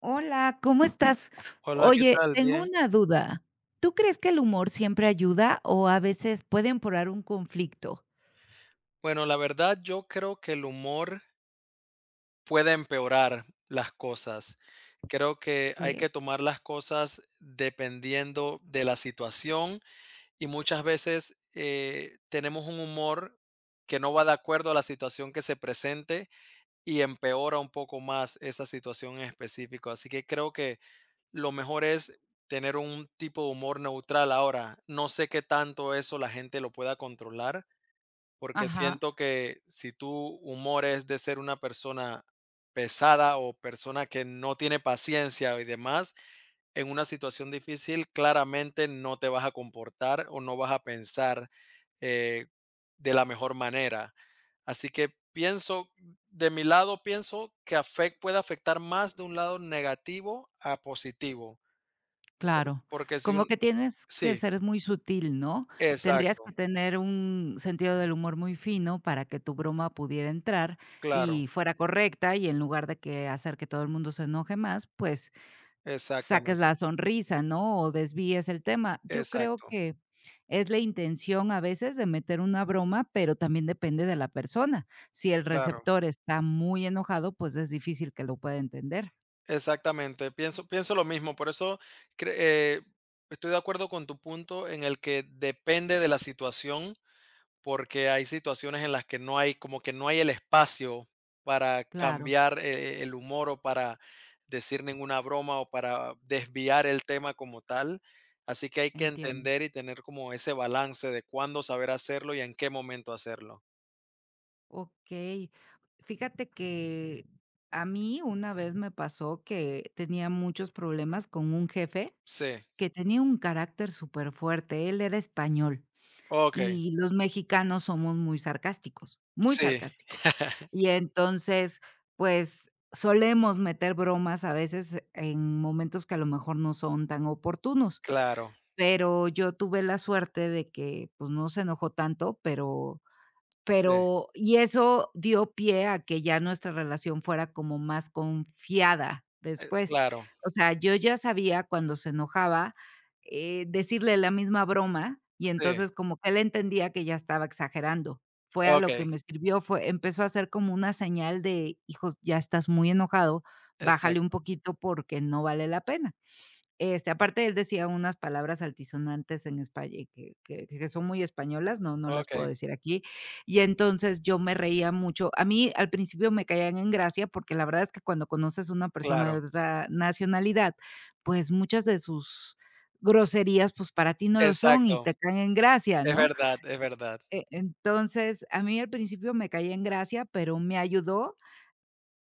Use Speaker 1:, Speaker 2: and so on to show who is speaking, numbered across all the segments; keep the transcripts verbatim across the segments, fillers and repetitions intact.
Speaker 1: Hola, ¿cómo estás?
Speaker 2: Hola, ¿qué
Speaker 1: Oye,
Speaker 2: tal?
Speaker 1: tengo
Speaker 2: Bien.
Speaker 1: una duda. ¿Tú crees que el humor siempre ayuda o a veces puede empeorar un conflicto?
Speaker 2: Bueno, la verdad yo creo que el humor puede empeorar las cosas. Creo que hay
Speaker 1: Sí,
Speaker 2: que tomar las cosas dependiendo de la situación y muchas veces eh, tenemos un humor que no va de acuerdo a la situación que se presente y empeora un poco más esa situación en específico. Así que creo que lo mejor es tener un tipo de humor neutral. Ahora, no sé qué tanto eso la gente lo pueda controlar. Porque
Speaker 1: ajá,
Speaker 2: siento que si tu humor es de ser una persona pesada o persona que no tiene paciencia y demás, en una situación difícil claramente no te vas a comportar o no vas a pensar eh, de la mejor manera. Así que pienso, de mi lado pienso que afec- puede afectar más de un lado negativo a positivo,
Speaker 1: claro.
Speaker 2: porque si
Speaker 1: Como
Speaker 2: un...
Speaker 1: que tienes que
Speaker 2: Sí,
Speaker 1: ser muy sutil, ¿no? Tendrías que
Speaker 2: exacto,
Speaker 1: tener un sentido del humor muy fino para que tu broma pudiera entrar
Speaker 2: claro,
Speaker 1: y fuera correcta, y en lugar de que hacer que todo el mundo se enoje más, pues saques
Speaker 2: exactamente,
Speaker 1: la sonrisa, ¿no? O desvíes el tema. Yo creo
Speaker 2: exacto,
Speaker 1: que es la intención a veces de meter una broma, pero también depende de la persona. Si el
Speaker 2: claro.
Speaker 1: receptor está muy enojado, pues es difícil que lo pueda entender.
Speaker 2: Exactamente, pienso pienso lo mismo, por eso cre eh, estoy de acuerdo con tu punto en el que depende de la situación, porque hay situaciones en las que no hay como que no hay el espacio para
Speaker 1: Claro,
Speaker 2: cambiar, eh eh, el humor o para decir ninguna broma o para desviar el tema como tal, así que hay que
Speaker 1: entiendo.
Speaker 2: entender y tener como ese balance de cuándo saber hacerlo y en qué momento hacerlo.
Speaker 1: Okey. Fíjate que a mí una vez me pasó que tenía muchos problemas con un jefe
Speaker 2: Sí,
Speaker 1: que tenía un carácter súper fuerte. Él era español.
Speaker 2: okey,
Speaker 1: Y los mexicanos somos muy sarcásticos, muy
Speaker 2: sí,
Speaker 1: sarcásticos. Y entonces, pues, solemos meter bromas a veces en momentos que a lo mejor no son tan oportunos,
Speaker 2: claro,
Speaker 1: pero yo tuve la suerte de que, pues, no se enojó tanto, pero
Speaker 2: sí,
Speaker 1: pero y eso dio pie a que ya nuestra relación fuera como más confiada después.
Speaker 2: claro,
Speaker 1: O sea, yo ya sabía cuando se enojaba, eh, decirle la misma broma, y
Speaker 2: sí,
Speaker 1: entonces como que él entendía que ya estaba exagerando. Fue a lo que
Speaker 2: okey.
Speaker 1: me sirvió, fue empezó a hacer como una señal de: "Hijos, ya estás muy enojado, bájale un
Speaker 2: Exacto,
Speaker 1: poquito porque no vale la pena". Este, aparte, él decía unas palabras altisonantes en espa eh, que que que son muy españolas, no no las puedo
Speaker 2: okey,
Speaker 1: decir aquí. Y entonces, yo me reía mucho. A mí, al principio me caían en gracia, porque la verdad es que cuando conoces a una persona
Speaker 2: claro,
Speaker 1: de otra nacionalidad, pues, muchas de sus groserías, pues, para ti no lo son y
Speaker 2: exacto,
Speaker 1: te caen en gracia,
Speaker 2: es
Speaker 1: ¿no?
Speaker 2: verdad, es verdad.
Speaker 1: E entonces, a mí al principio me caía en gracia, pero me ayudó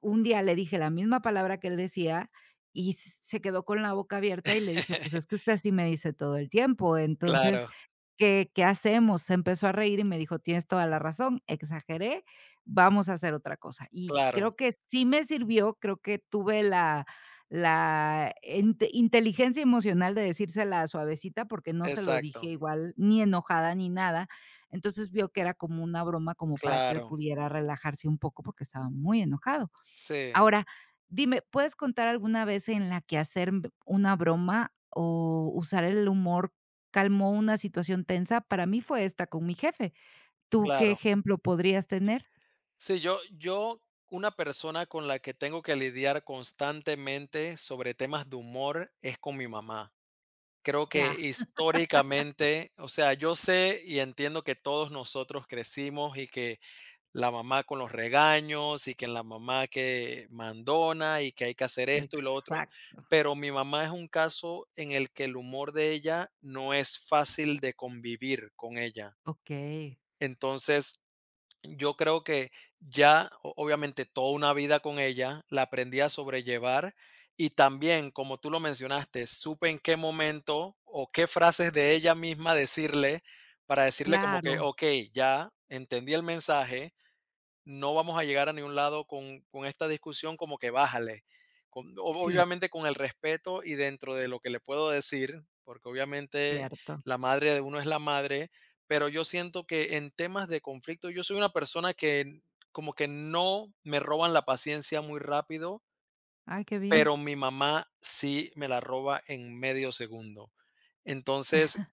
Speaker 1: un día le dije la misma palabra que él decía y s se quedó con la boca abierta y le dije: "Pues es que usted así me dice todo el tiempo, entonces,
Speaker 2: Claro,
Speaker 1: ¿qué qué hacemos?". Se empezó a reír y me dijo: "Tienes toda la razón, exageré, vamos a hacer otra cosa". Y
Speaker 2: claro,
Speaker 1: creo que sí me sirvió, creo que tuve la la inte inteligencia emocional de decírsela suavecita, porque no se lo dije
Speaker 2: exacto,
Speaker 1: igual, ni enojada ni nada. Entonces, vio que era como una broma, como para que él
Speaker 2: claro,
Speaker 1: pudiera relajarse un poco, porque estaba muy enojado.
Speaker 2: sí,
Speaker 1: Ahora, dime, ¿puedes contar alguna vez en la que hacer b una broma o usar el humor calmó una situación tensa? Para mí fue esta con mi jefe. ¿Tú qué
Speaker 2: claro.
Speaker 1: ejemplo podrías tener?
Speaker 2: Sí, yo yo una persona con la que tengo que lidiar constantemente sobre temas de humor es con mi mamá. Creo que
Speaker 1: Ya,
Speaker 2: históricamente, o sea, yo sé y entiendo que todos nosotros crecimos y que la mamá con los regaños y que la mamá que mandona y que hay que hacer esto y lo otro,
Speaker 1: exacto.
Speaker 2: pero mi mamá es un caso en el que el humor de ella no es fácil de convivir con ella.
Speaker 1: Okey.
Speaker 2: Entonces, yo creo que ya, o- obviamente, toda una vida con ella, la aprendí a sobrellevar y también, como tú lo mencionaste, supe en qué momento o qué frases de ella misma decirle para decirle como que,
Speaker 1: Claro.
Speaker 2: ok, ya entendí el mensaje, no vamos a llegar a ningún lado con, con, esta discusión como que bájale. Con- ob-
Speaker 1: Sí,
Speaker 2: obviamente con el respeto y dentro de lo que le puedo decir, porque obviamente
Speaker 1: cierto.
Speaker 2: la madre de uno es la madre, pero yo siento que en temas de conflicto yo soy una persona que como que no me roban la paciencia muy rápido,
Speaker 1: Ay, qué bien.
Speaker 2: pero mi mamá sí me la roba en medio segundo. Entonces,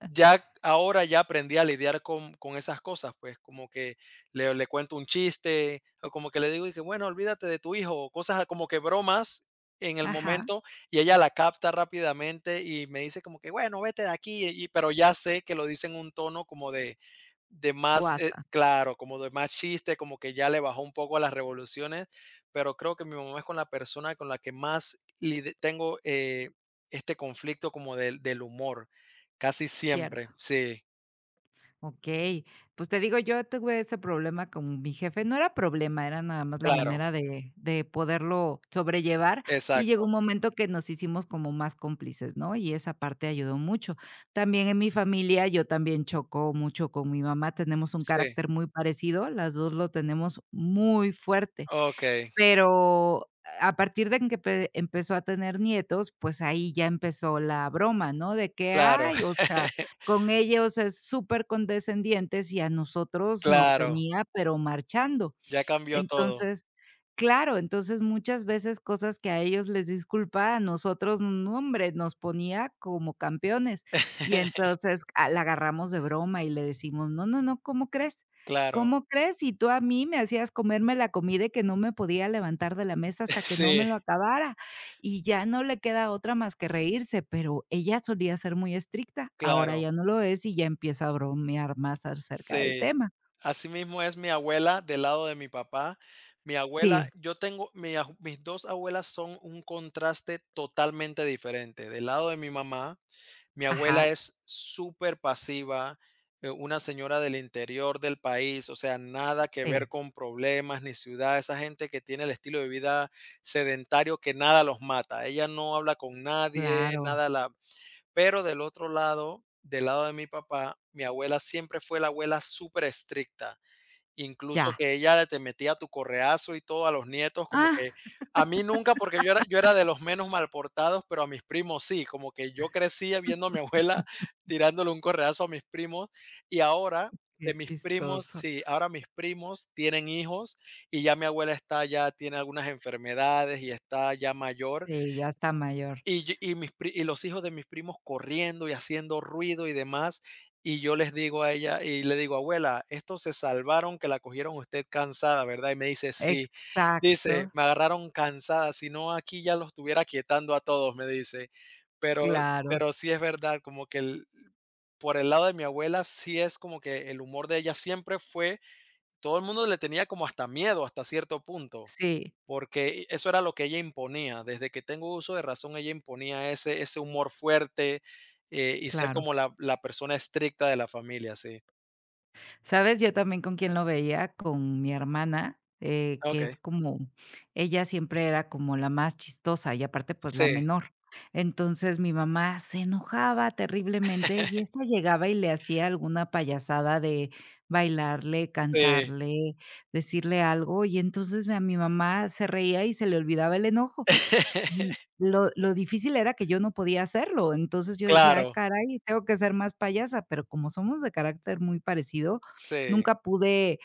Speaker 2: ya ahora ya aprendí a lidiar con con esas cosas, pues, como que le le cuento un chiste, o como que le digo y que: "Bueno, olvídate de tu hijo", o cosas como que bromas en el
Speaker 1: Ajá.
Speaker 2: momento, y ella la capta rápidamente y me dice como que: "Bueno, vete de aquí", y pero ya sé que lo dice en un tono como de de más, eh
Speaker 1: Guasa,
Speaker 2: claro, como de más chiste, como que ya le bajó un poco a las revoluciones, pero creo que mi mamá es con la persona con la que más lide tengo, eh, este conflicto como del del humor. Casi siempre,
Speaker 1: cierto.
Speaker 2: sí,
Speaker 1: Okey. Pues, te digo, yo tuve ese problema con mi jefe. No era problema, era nada más la
Speaker 2: claro,
Speaker 1: manera de de poderlo sobrellevar, y llegó un
Speaker 2: exacto,
Speaker 1: momento que nos hicimos como más cómplices, ¿no? Y esa parte ayudó mucho. También en mi familia, yo también choco mucho con mi mamá, tenemos un
Speaker 2: sí,
Speaker 1: carácter muy parecido, las dos lo tenemos muy fuerte.
Speaker 2: okey,
Speaker 1: Pero a partir de que empe empezó a tener nietos, pues ahí ya empezó la broma, ¿no? De que,
Speaker 2: claro,
Speaker 1: ay, o sea, con ellos es supercondescendientes y a nosotros nos
Speaker 2: claro,
Speaker 1: tenía, pero marchando.
Speaker 2: ya cambió todo.
Speaker 1: Entonces, claro, entonces muchas veces cosas que a ellos les disculpa, a nosotros, no hombre, nos ponía como campeones. Y entonces, ah, la agarramos de broma y le decimos: "No, no, no, ¿cómo crees?
Speaker 2: Claro,
Speaker 1: ¿Cómo crees? Y tú a mí me hacías comerme la comida y que no me podía levantar de la mesa hasta que no me
Speaker 2: sí,
Speaker 1: lo acabara". Y ya no le queda otra más que reírse, pero ella solía ser muy estricta, ahora
Speaker 2: claro,
Speaker 1: ya no lo es y ya empieza a bromear más acerca del
Speaker 2: sí.
Speaker 1: tema.
Speaker 2: Asimismo es mi abuela del lado de mi papá. Mi abuela
Speaker 1: Sí,
Speaker 2: yo tengo mi aju mis dos abuelas son un contraste totalmente diferente. Del lado de mi mamá mi abuela
Speaker 1: ajá,
Speaker 2: es súper pasiva, eh, una señora del interior del país, o sea, nada que
Speaker 1: sí.
Speaker 2: ver con problemas ni ciudad. Esa gente que tiene el estilo de vida sedentario que nada los mata. Ella no habla con nadie,
Speaker 1: Claro,
Speaker 2: nada la... Pero del otro lado, del lado de mi papá, mi abuela siempre fue la abuela súper estricta. Incluso
Speaker 1: ya.
Speaker 2: que ella te metía tu correazo y todo a los nietos, como
Speaker 1: Ah.
Speaker 2: que a mí nunca, porque yo era yo era de los menos malportados, pero a mis primos sí, como que yo crecía viendo a mi abuela tirándole un correazo a mis primos, y ahora
Speaker 1: Qué
Speaker 2: que mis primos
Speaker 1: chistoso.
Speaker 2: sí, ahora mis primos tienen hijos y ya mi abuela está ya tiene algunas enfermedades y está ya mayor,
Speaker 1: Sí, ya está mayor.
Speaker 2: y, yo- y, mis, pri- y los hijos de mis primos corriendo y haciendo ruido y demás. Y yo les digo a ella y le digo, abuela, estos se salvaron que la cogieron usted cansada, ¿verdad? Y me dice, sí.
Speaker 1: Exacto,
Speaker 2: Dice, me agarraron cansada, si no aquí ya los estuviera quietando a todos, me dice. Pero,
Speaker 1: claro.
Speaker 2: pero sí es verdad, como que el- por el lado de mi abuela, sí es como que el humor de ella siempre fue, todo el mundo le tenía como hasta miedo hasta cierto punto
Speaker 1: Sí,
Speaker 2: porque eso era lo que ella imponía. Desde que tengo uso de razón, ella imponía ese, ese humor fuerte, eh, y ser
Speaker 1: claro.
Speaker 2: como la, la persona estricta de la familia, sí.
Speaker 1: ¿Sabes? Yo también con quién lo veía, con mi hermana, eh, que
Speaker 2: Ok.
Speaker 1: es como ella siempre era como la más chistosa y aparte, pues, la
Speaker 2: Sí,
Speaker 1: menor. Entonces, mi mamá se enojaba terriblemente y esta llegaba y le hacía alguna payasada de bailarle,
Speaker 2: sí.
Speaker 1: cantarle, decirle algo, y entonces, a mi mamá se reía y se le olvidaba el enojo. Y lo lo difícil era que yo no podía hacerlo, entonces yo decía: "Ay,
Speaker 2: Claro,
Speaker 1: caray, tengo que ser más payasa", pero como somos de carácter muy parecido,
Speaker 2: sí,
Speaker 1: nunca pude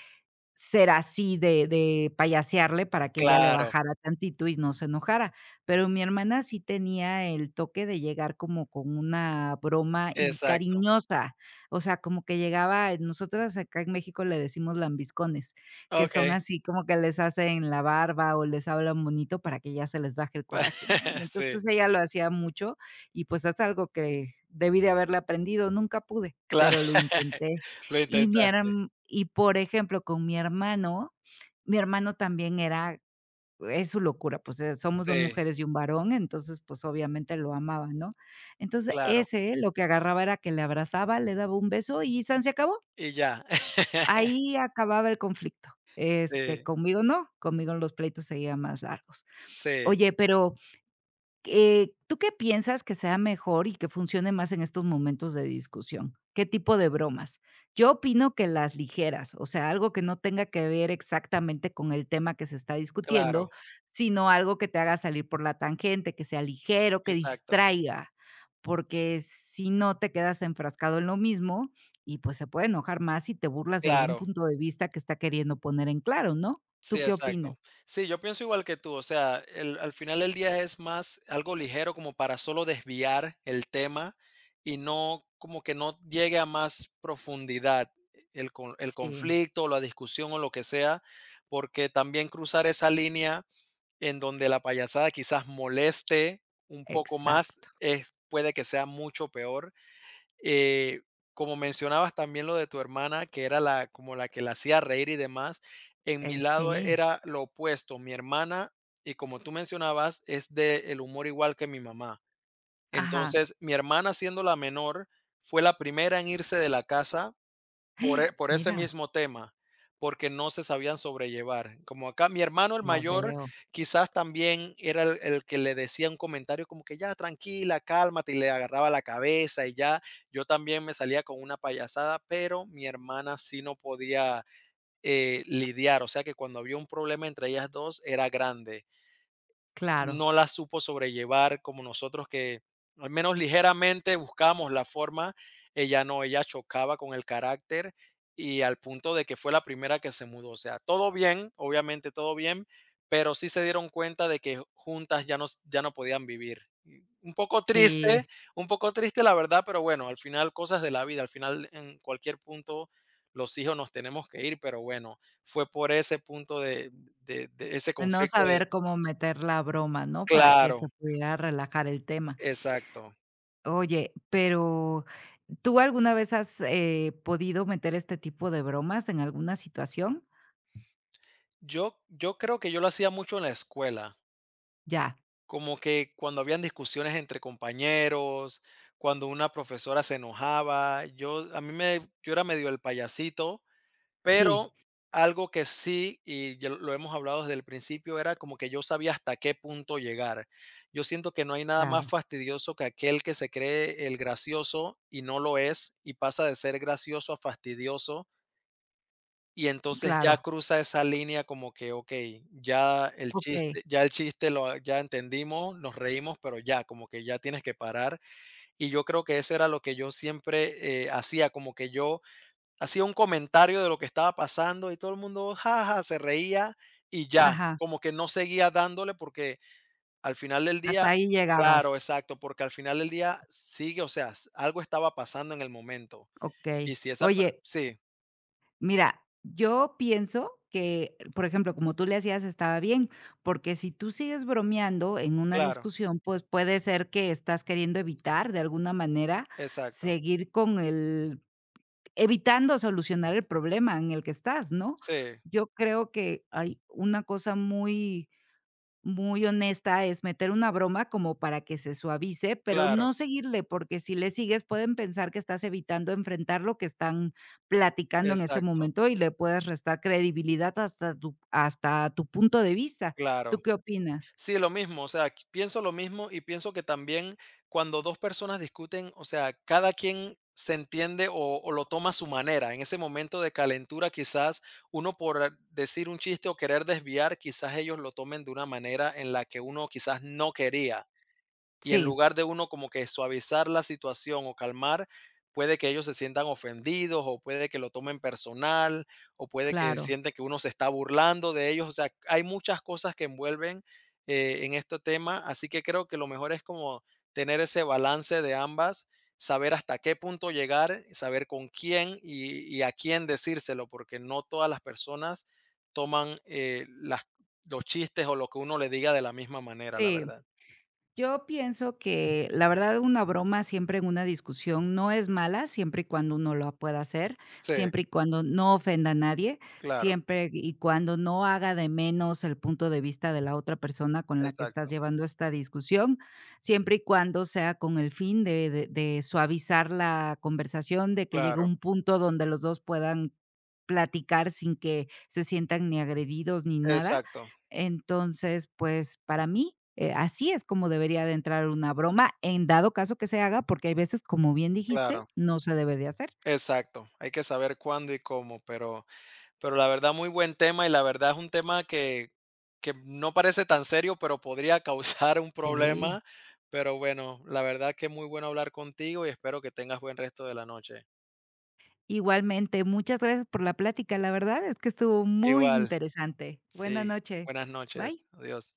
Speaker 1: ser así de de payasearle para que ella le
Speaker 2: claro,
Speaker 1: bajara tantito y no se enojara. Pero mi hermana sí tenía el toque de llegar como con una broma y
Speaker 2: exacto.
Speaker 1: cariñosa, o sea, como que llegaba nosotras acá en México le decimos lambiscones, que son
Speaker 2: Ok.
Speaker 1: así como que les hacen la barba o les hablan bonito para que ya se les baje el coraje, ¿no? Y
Speaker 2: Sí,
Speaker 1: entonces ella lo hacía mucho y, pues, es algo que debí de haberle aprendido, nunca pude,
Speaker 2: claro.
Speaker 1: pero lo intenté.
Speaker 2: Lo
Speaker 1: Y mi
Speaker 2: intentaste.
Speaker 1: herm y por ejemplo, con mi hermano, mi hermano también era es su locura, pues, eh, somos dos
Speaker 2: Sí,
Speaker 1: mujeres y un varón, entonces, pues, obviamente lo amaba, ¿no? Entonces,
Speaker 2: claro.
Speaker 1: ese lo que agarraba era que le abrazaba, le daba un beso y san se acabó.
Speaker 2: Y ya.
Speaker 1: Ahí acababa el conflicto. Este,
Speaker 2: Sí,
Speaker 1: conmigo no, conmigo los pleitos seguían más largos.
Speaker 2: sí,
Speaker 1: Oye, pero eh, ¿tú qué piensas que sea mejor y que funcione más en estos momentos de discusión? ¿Qué tipo de bromas? Yo opino que las ligeras, o sea, algo que no tenga que ver exactamente con el tema que se está discutiendo,
Speaker 2: claro,
Speaker 1: sino algo que te haga salir por la tangente, que sea ligero, que
Speaker 2: exacto,
Speaker 1: distraiga, porque si no te quedas enfrascado en lo mismo y pues se puede enojar más si te burlas de algún
Speaker 2: claro.
Speaker 1: punto de vista que está queriendo poner en claro, ¿no? ¿Tú
Speaker 2: Sí,
Speaker 1: qué
Speaker 2: exacto.
Speaker 1: opinas?
Speaker 2: Sí, yo pienso igual que tú, o sea, el- al final del día es más algo ligero como para solo desviar el tema y no como que no llegue a más profundidad el, con- el
Speaker 1: Sí,
Speaker 2: conflicto, la discusión o lo que sea, porque también cruzar esa línea en donde la payasada quizás moleste un poco más
Speaker 1: exacto.
Speaker 2: es, puede que sea mucho peor, eh, como mencionabas también lo de tu hermana, que era la como la que la hacía reír y demás, en mi
Speaker 1: Eh,
Speaker 2: lado
Speaker 1: sí,
Speaker 2: era lo opuesto. Mi hermana, y como tú mencionabas, es del humor igual que mi mamá.
Speaker 1: ajá.
Speaker 2: Entonces, mi hermana, siendo la menor, fue la primera en irse de la casa por
Speaker 1: ¡Ah!
Speaker 2: e por ese
Speaker 1: Mira,
Speaker 2: mismo tema, porque no se sabían sobrellevar. Como acá mi hermano, el
Speaker 1: la
Speaker 2: mayor,
Speaker 1: veo.
Speaker 2: quizás también era el el que le decía un comentario como que: "Ya, tranquila, cálmate", y le agarraba la cabeza y ya. Yo también me salía con una payasada, pero mi hermana sí no podía, eh, lidiar, o sea que cuando había un problema entre ellas dos era grande,
Speaker 1: Claro,
Speaker 2: no la supo sobrellevar como nosotros que al menos ligeramente buscábamos la forma, ella no, ella chocaba con el carácter y al punto de que fue la primera que se mudó. O sea, todo bien, obviamente todo bien, pero sí se dieron cuenta de que juntas ya no, s- ya no podían vivir. Y un poco
Speaker 1: sí,
Speaker 2: triste, un poco triste la verdad, pero bueno, al final cosas de la vida, al final en cualquier punto los hijos nos tenemos que ir, pero bueno, fue por ese punto de, de- de ese
Speaker 1: es no
Speaker 2: conflicto de,
Speaker 1: saber cómo meter la broma, ¿no? Para que se
Speaker 2: claro.
Speaker 1: pudiera relajar el tema.
Speaker 2: Exacto.
Speaker 1: Oye, pero, ¿tú alguna vez has, eh, podido meter este tipo de bromas en alguna situación?
Speaker 2: Yo, yo creo que yo lo hacía mucho en la escuela,
Speaker 1: Ya,
Speaker 2: como que cuando habían discusiones entre compañeros, cuando una profesora se enojaba, yo a mí me yo era medio el payasito,
Speaker 1: sí,
Speaker 2: pero algo que sí y ya lo lo hemos hablado desde el principio era como que yo sabía hasta qué punto llegar. Yo siento que no hay nada más
Speaker 1: claro,
Speaker 2: fastidioso que aquel que se cree el gracioso y no lo es y pasa de ser gracioso a fastidioso. Y entonces ya
Speaker 1: claro,
Speaker 2: cruza esa línea como que, okey, ya el
Speaker 1: okey,
Speaker 2: chiste ya el chiste lo ya entendimos, nos reímos, pero ya, como que ya tienes que parar. Y yo creo que eso era lo que yo siempre, eh, hacía, como que yo hacía un comentario de lo que estaba pasando y todo el mundo, ja, ja, se reía y ya,
Speaker 1: ajá,
Speaker 2: como que no seguía dándole porque al final del día
Speaker 1: hasta ahí
Speaker 2: claro,
Speaker 1: llegabas,
Speaker 2: exacto, porque al final del día sigue, o sea, s algo estaba pasando en el momento. Y
Speaker 1: okey.
Speaker 2: si esa per
Speaker 1: Oye,
Speaker 2: sí,
Speaker 1: mira, yo pienso que, por ejemplo, como tú le hacías, estaba bien, porque si tú sigues bromeando en una
Speaker 2: claro,
Speaker 1: discusión, pues puede ser que estás queriendo evitar de alguna manera
Speaker 2: exacto,
Speaker 1: seguir con el evitando solucionar el problema en el que estás, ¿no?
Speaker 2: sí.
Speaker 1: Yo creo que hay una cosa muy muy honesta es meter una broma como para que se suavice, pero no
Speaker 2: Claro,
Speaker 1: seguirle, porque si le sigues pueden pensar que estás evitando enfrentar lo que están platicando en ese
Speaker 2: exacto,
Speaker 1: momento y le puedes restar credibilidad hasta tu hasta tu punto de vista,
Speaker 2: claro.
Speaker 1: ¿tú qué opinas?
Speaker 2: Sí, lo mismo, o sea, qu pienso lo mismo y pienso que también cuando dos personas discuten, o sea, cada quien se entiende o o lo toma a su manera. En ese momento de calentura, quizás uno por eh, decir un chiste o querer desviar, quizás ellos lo tomen de una manera en la que uno quizás no quería. Y en
Speaker 1: Sí,
Speaker 2: lugar de uno como que suavizar la situación o calmar, puede que ellos se sientan ofendidos o puede que lo tomen personal o puede que
Speaker 1: claro.
Speaker 2: sienten que uno se está burlando de ellos. O sea, hay muchas cosas que envuelven, eh, en este tema, así que creo que lo mejor es como tener ese balance de ambas, saber hasta qué punto llegar, saber con quién y, y a quién decírselo, porque no todas las personas toman eh, las, los chistes o lo que uno le diga de la misma manera, la
Speaker 1: Sí.
Speaker 2: verdad.
Speaker 1: Yo pienso que la verdad una broma siempre en una discusión no es mala, siempre y cuando uno lo pueda hacer,
Speaker 2: Sí,
Speaker 1: siempre y cuando no ofenda a nadie,
Speaker 2: claro.
Speaker 1: siempre y cuando no haga de menos el punto de vista de la otra persona con la que
Speaker 2: Exacto,
Speaker 1: estás llevando esta discusión, siempre y cuando sea con el fin de de de suavizar la conversación, de que llegue
Speaker 2: claro,
Speaker 1: un punto donde los dos puedan platicar sin que se sientan ni agredidos ni nada.
Speaker 2: exacto,
Speaker 1: Entonces, pues, para mí, eh, así es como debería de entrar una broma, en dado caso que se haga, porque hay veces, como bien dijiste,
Speaker 2: claro,
Speaker 1: no se debe de hacer.
Speaker 2: exacto. Hay que saber cuándo y cómo, pero pero la verdad muy buen tema y la verdad es un tema que que no parece tan serio, pero podría causar un
Speaker 1: Sí.
Speaker 2: problema. Pero bueno, la verdad que muy bueno hablar contigo y espero que tengas buen resto de la noche.
Speaker 1: Igualmente, muchas gracias por la plática. La verdad es que estuvo muy
Speaker 2: Igual,
Speaker 1: interesante. Buena
Speaker 2: sí.
Speaker 1: noche.
Speaker 2: Buenas noches.
Speaker 1: Bye.
Speaker 2: Adiós.